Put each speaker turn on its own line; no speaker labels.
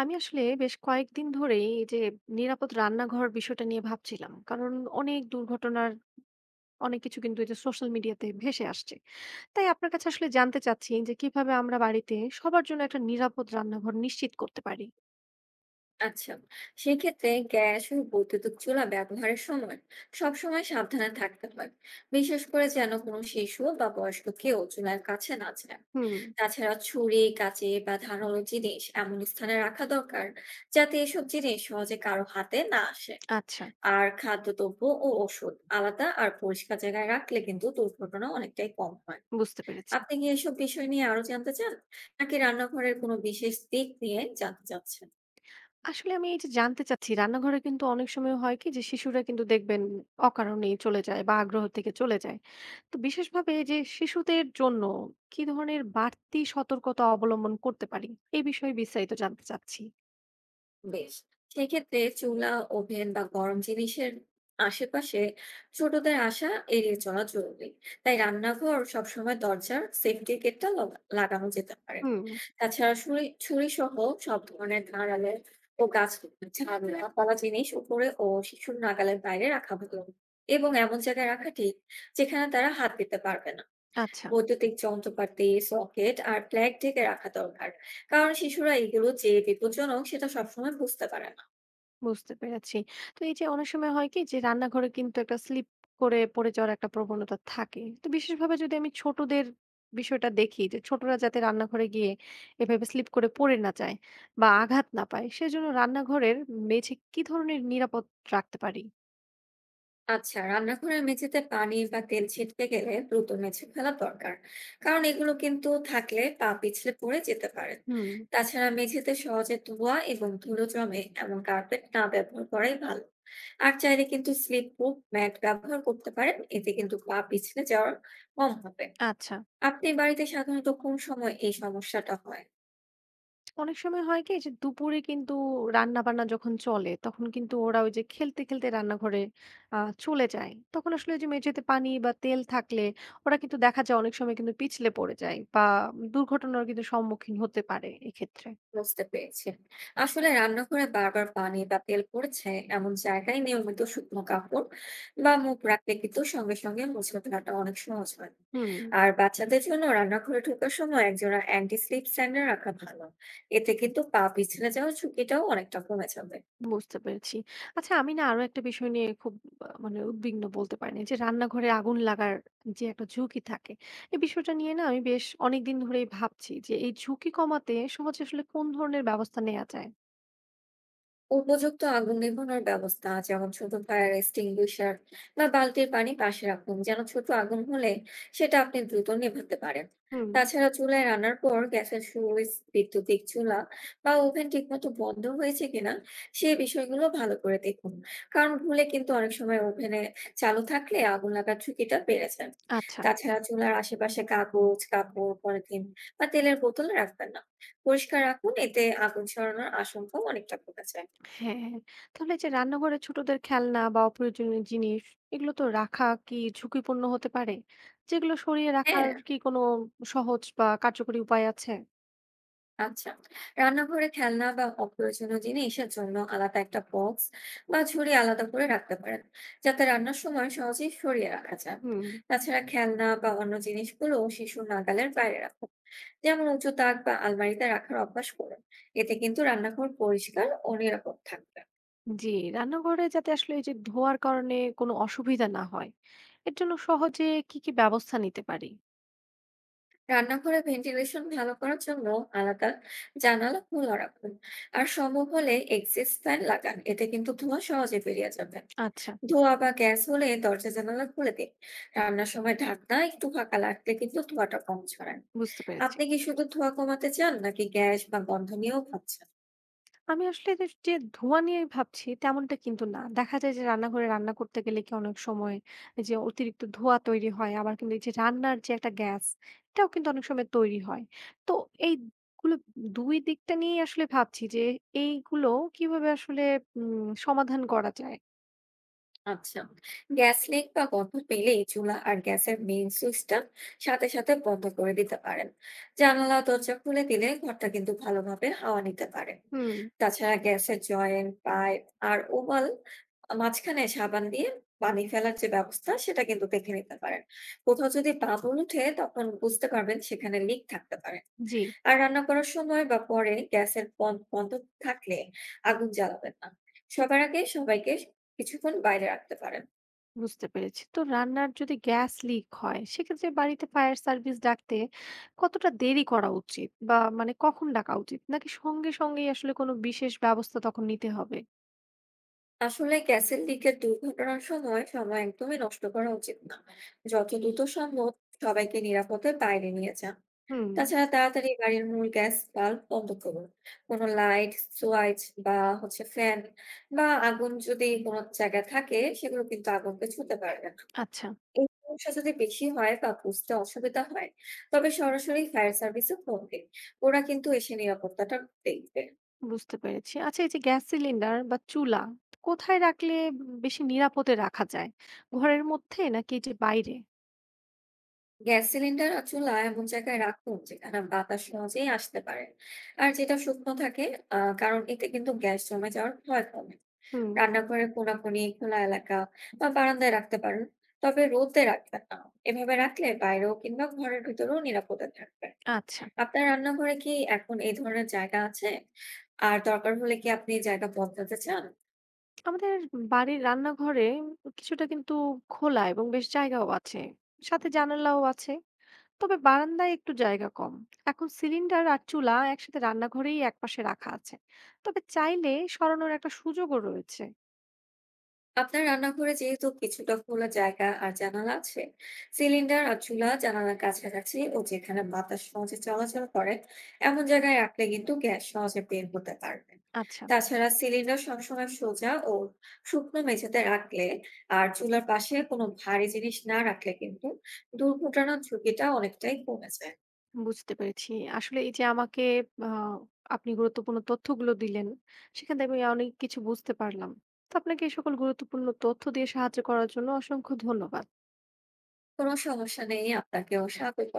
আমি আসলে বেশ কয়েকদিন ধরেই এই যে নিরাপদ রান্নাঘর বিষয়টা নিয়ে ভাবছিলাম। কারণ অনেক দুর্ঘটনার অনেক কিছু কিন্তু এই যে সোশ্যাল মিডিয়াতে ভেসে আসছে। তাই আপনার কাছে আসলে জানতে চাচ্ছি যে কিভাবে আমরা বাড়িতে সবার জন্য একটা নিরাপদ রান্নাঘর নিশ্চিত করতে পারি?
আচ্ছা, সেক্ষেত্রে গ্যাস ও বৈদ্যুতিক চুলা ব্যবহারের সময় সবসময় সাবধানে থাকতে হয়। বিশেষ করে যেন কোনো শিশু বা বয়স্ক কেউ চুলার কাছে না যায়।
হুম,
তাছাড়া ছুরি কাঁচি বা ধারালো জিনিস এমন স্থানে রাখা দরকার, যাতে এসব জিনিস সহজে কারো হাতে না আসে।
আচ্ছা,
আর খাদ্যদ্রব্য ও ওষুধ আলাদা আর পরিষ্কার জায়গায় রাখলে কিন্তু দুর্ঘটনা অনেকটাই কম হয়।
বুঝতে পেরেছি।
আপনি কি এসব বিষয় নিয়ে আরো জানতে চান, নাকি রান্নাঘরের কোনো বিশেষ দিক নিয়ে জানতে চাচ্ছেন?
আসলে আমি এই যে জানতে চাচ্ছি রান্নাঘরে কিন্তু অনেক সময় হয় কি যে শিশুরা কিন্তু দেখবেন অকারণেই চলে যায় বা আগ্রহ থেকে চলে যায়। তো বিশেষভাবে এই যে শিশুদের জন্য কি ধরনের বাড়তি সতর্কতা অবলম্বন করতে পারি, এই বিষয়ে বিস্তারিত জানতে চাচ্ছি।
বেশ, সেক্ষেত্রে চুলা, ওভেন বা গরম জিনিসের আশেপাশে ছোটদের আসা এড়িয়ে চলা জরুরি। তাই রান্নাঘর সবসময় দরজার সেফটি গেটটা লাগানো যেতে পারে।
হুম,
তাছাড়া ছুরি ছুরি সহ সব ধরনের ধারালো ও গাছ, ঝাড়ু, পালা জিনিস উপরে ও শিশুর নাগালের বাইরে রাখা ভালো। এবং এমন জায়গায় রাখা ঠিক, যেখানে তারা হাত দিতে পারবে না।
আচ্ছা,
বৈদ্যুতিক যন্ত্রপাতি, সকেট আর প্লাগ ঢেকে রাখা দরকার। কারণ শিশুরা এগুলো যে বিপজ্জনক সেটা সবসময় বুঝতে পারে না।
বুঝতে পেরেছি। তো এই যে অনেক সময় হয় কি যে রান্নাঘরে কিন্তু একটা স্লিপ করে পড়ে যাওয়ার একটা প্রবণতা থাকে। তো বিশেষভাবে যদি আমি ছোটদের বিষয়টা দেখি যে ছোটরা যাতে রান্নাঘরে গিয়ে এভাবে স্লিপ করে পড়ে না যায় বা আঘাত না পায়, সেজন্য রান্নাঘরের মেঝে কি ধরনের নিরাপদ রাখতে পারি?
আচ্ছা, রান্নাঘরের মেঝেতে পানি বা তেল ছিটকে গেলে দ্রুত মুছে ফেলা দরকার। কারণ এগুলো কিন্তু থাকলে পা পিছলে পড়ে যেতে পারে।
হুম,
তাছাড়া মেঝেতে সহজে ধোয়া এবং ধুলো জমে এমন কার্পেট না ব্যবহার করাই ভালো। আর চাইলে কিন্তু স্লিপ প্রুফ ম্যাট ব্যবহার করতে পারেন। এতে কিন্তু পা পিছলে যাওয়ার কম হবে।
আচ্ছা।
আপনি বাড়িতে সাধারণত কোন সময় এই সমস্যাটা হয়?
অনেক সময় হয় কি? যে দুপুরে কিন্তু রান্নাবান্না যখন চলে, তখন কিন্তু ওরা ওই যে খেলতে, খেলতে রান্নাঘরে আ চলে যায়। তখন আসলে ওই যে মেঝেতে পানি বা তেল থাকলে ওরা কিন্তু দেখা যায় অনেক সময় কিন্তু পিছলে পড়ে যায় বা দুর্ঘটনার কিন্তু সম্মুখীন হতে পারে এক্ষেত্রে।
বুঝতে পেরেছি। আসলে রান্নাঘরে বারবার পানি বা তেল পড়েছে এমন জায়গায় নিয়মিত শুকনো কাপড় বা মুখ রাখলে কিন্তু সঙ্গে সঙ্গে মুছে ফেলাটা অনেক সহজ হয়।
হুম,
আর বাচ্চাদের জন্য রান্নাঘরে ঢোকার সময় একজোড়া অ্যান্টি স্লিপ স্যান্ডেল রাখা ভালো। এতে কিন্তু পা পিছলে যাওয়ার ঝুঁকিটাও অনেকটা কমে যাবে।
বুঝতে পেরেছি। আচ্ছা, আমি না আরো একটা বিষয় নিয়ে খুব মানে উদ্বিগ্ন বলতে পারেন যে রান্নাঘরে আগুন লাগার যে একটা ঝুঁকি থাকে। এই বিষয়টা নিয়ে না আমি বেশ অনেকদিন ধরেই ভাবছি যে এই ঝুঁকি কমাতে সহজে আসলে কোন ধরনের ব্যবস্থা নেয়া যায়?
উপযুক্ত আগুন নেভানোর ব্যবস্থা, যেমন ছোট ফায়ার এক্সটিংগুইশার বা বালতির পানি পাশে রাখুন, যেন ছোট আগুন হলে সেটা আপনি দ্রুত নেভাতে পারেন।
হুম।
তাছাড়া চুলায় রান্নার পর গ্যাসের সুইচ, বৈদ্যুতিক চুলা বা ওভেন ঠিকমতো বন্ধ হয়েছে কিনা সেই বিষয়গুলো ভালো করে দেখুন। কারণ ভুলে কিন্তু অনেক সময় ওভেনে চালু থাকলে আগুন লাগার ঝুঁকিটা বেড়ে যায়।
আচ্ছা।
তাছাড়া চুলার আশেপাশে কাগজ, কাপড়, পলিথিন বা তেলের বোতল রাখবেন না। পরিষ্কার রাখুন, এতে আগুন ছড়ানোর আশঙ্কাও অনেকটা কমে যায়।
হ্যাঁ, হ্যাঁ। হ্যাঁ। তাহলে এই যে রান্নাঘরে ছোটদের খেলনা বা অপ্রয়োজনীয় জিনিস, এগুলো তো রাখা কি ঝুঁকিপূর্ণ হতে পারে? যেগুলো সরিয়ে রাখার
হ্যাঁ,
কি কোনো সহজ বা কার্যকরী উপায় আছে?
আচ্ছা। রান্নাঘরে খেলনা বা অপ্রয়োজনীয় জিনিসের জন্য আলাদা একটা বক্স বা ঝুড়ি আলাদা করে রাখতে পারেন, যাতে রান্নার সময় সহজেই সরিয়ে রাখা যায়।
হুম,
তাছাড়া খেলনা বা অন্য জিনিসগুলো শিশুর নাগালের বাইরে রাখুন। যেমন উঁচু তাক বা আলমারিতে রাখার অভ্যাস করুন। এতে কিন্তু রান্নাঘর পরিষ্কার ও নিরাপদ থাকবে।
জি। রান্নাঘরে যাতে আসলে এই যে ধোয়ার কারণে কোনো অসুবিধা না হয়, এর জন্য সহজে কি, কি ব্যবস্থা নিতে পারি?
রান্নাঘরে ভেন্টিলেশন ভালো করার জন্য আলাদা জানালা খোলা রাখুন। আর সম্ভব হলে এক্সস্ট ফ্যান লাগান। এতে কিন্তু ধোঁয়া সহজে বেরিয়ে যাবে।
আচ্ছা,
ধোঁয়া বা গ্যাস হলে দরজা জানালা খুলে দিন। রান্নার সময় ঢাকনা একটু ফাঁকা রাখলে কিন্তু ধোঁয়াটা কম ছড়ায়।
বুঝতে পেরেছি।
আপনি কি শুধু ধোঁয়া কমাতে চান, নাকি গ্যাস বা গন্ধ নিয়েও ভাবছেন?
আমি আসলে এদের যে ধোঁয়া নিয়ে ভাবছি তেমনটা কিন্তু না। দেখা যায় যে রান্নাঘরে রান্না করতে গেলে কি অনেক সময় এই যে অতিরিক্ত ধোঁয়া তৈরি হয়। আবার কিন্তু এই যে রান্নার যে একটা গ্যাস, এটাও কিন্তু অনেক সময় তৈরি হয়। তো এইগুলো ২ দিকটা নিয়েই আসলে ভাবছি যে এইগুলো কিভাবে আসলে সমাধান করা যায়?
আচ্ছা, গ্যাস লিক বা গন্ধ পেলেই চুলা আর গ্যাসের মেইন সুইচটা সাথে সাথে বন্ধ করে দিতে পারেন। জানালা দরজা খুলে দিলে ঘরটা কিন্তু ভালোভাবে হাওয়া নিতে পারে।
হুম,
তাছাড়া গ্যাসের জয়েন্ট পাইপ আর ওভাল মাঝখানে সাবান দিয়ে পানি ফেলার যে ব্যবস্থা সেটা কিন্তু দেখে নিতে পারেন। কোথাও যদি বাবুল উঠে তখন বুঝতে পারবেন সেখানে লিক থাকতে পারে।
জি।
আর রান্না করার সময় বা পরে গ্যাসের বন্ধ থাকলে আগুন জ্বালাবেন না। সবার আগে সবাইকে কিছুক্ষণ বাইরে রাখতে পারেন।
বুঝতে পেরেছি। তো রান্নার যদি গ্যাস লিক হয় সেক্ষেত্রে বাড়িতে ফায়ার সার্ভিস ডাকতে কতটা দেরি করা উচিত? বা মানে কখন ডাকা উচিত? নাকি সঙ্গে, সঙ্গেই আসলে কোনো বিশেষ ব্যবস্থা তখন নিতে হবে?
আসলে গ্যাসের লিকের দুর্ঘটনার সময় সময় একদমই নষ্ট করা উচিত না। যত দ্রুত সম্ভব সবাইকে নিরাপদে বাইরে নিয়ে যান।
হুম,
তাছাড়া তাড়াতাড়ি বাড়ির মূল গ্যাস বাল্ব বন্ধ করুন। কোনো লাইট, সুইচ বা হচ্ছে ফ্যান বা আগুন যদি কোনো জায়গায় থাকে সেগুলো কিন্তু আগুনকে ছুঁতে পারবে না।
আচ্ছা,
এই সমস্যা যদি বেশি হয় বা বুঝতে অসুবিধা হয়, তবে সরাসরি ফায়ার সার্ভিসে ফোন দিন। ওরা কিন্তু এসে নিরাপত্তাটা দেখবে।
বুঝতে পেরেছি। আচ্ছা, এই যে গ্যাস সিলিন্ডার বা চুলা কোথায় রাখলে বেশি নিরাপদে রাখা যায়? ঘরের মধ্যে নাকি এই যে বাইরে?
গ্যাস সিলিন্ডার আর চুলা এমন জায়গায় রাখুন, যেখানে বাতাস সহজেই আসতে পারে আর যেটা শুকনো থাকে। কারণ এতে কিন্তু গ্যাস জমে যাওয়ার ভয় কমে।
হুম,
রান্নাঘরে কোনাকুনি খোলা এলাকা বা বারান্দায় রাখতে পারেন, তবে রোদে রাখবেন না। এভাবে রাখলে বাইরেও কিংবা ঘরের ভিতরেও নিরাপদে থাকবে।
আচ্ছা।
আপনার রান্নাঘরে কি এখন এই ধরনের জায়গা আছে, আর দরকার হলে কি আপনি জায়গা বদলাতে চান?
আমাদের বাড়ির রান্নাঘরে কিছুটা কিন্তু খোলা এবং বেশ জায়গাও আছে। সাথে জানালাও আছে। তবে বারান্দায় একটু জায়গা কম। এখন সিলিন্ডার আর চুলা একসাথে রান্নাঘরেই একপাশে রাখা আছে, তবে চাইলে সরানোর একটা সুযোগও রয়েছে।
আপনার রান্নাঘরে যেহেতু কিছুটা খোলা জায়গা আর জানালা আছে, সিলিন্ডার আর চুলা জানালার কাছাকাছি ও যেখানে বাতাস সহজে চলাচল করে এমন জায়গায় রাখলে কিন্তু গ্যাস সহজে বের হতে পারবে।
আচ্ছা,
তাছাড়া সিলিন্ডার সবসময় সোজা ও শুকনো মেঝেতে রাখলে আর চুলার পাশে কোনো ভারী জিনিস না রাখলে কিন্তু দুর্ঘটনার ঝুঁকিটা অনেকটাই কমে যায়।
বুঝতে পেরেছি। আসলে এই যে আমাকে আহ, আপনি গুরুত্বপূর্ণ তথ্যগুলো দিলেন, সেখান থেকে আমি অনেক কিছু বুঝতে পারলাম। তো আপনাকে এই সকল গুরুত্বপূর্ণ তথ্য দিয়ে সাহায্য করার জন্য অসংখ্য ধন্যবাদ।
কোনো সমস্যা নেই, আপনাকেও স্বাগত।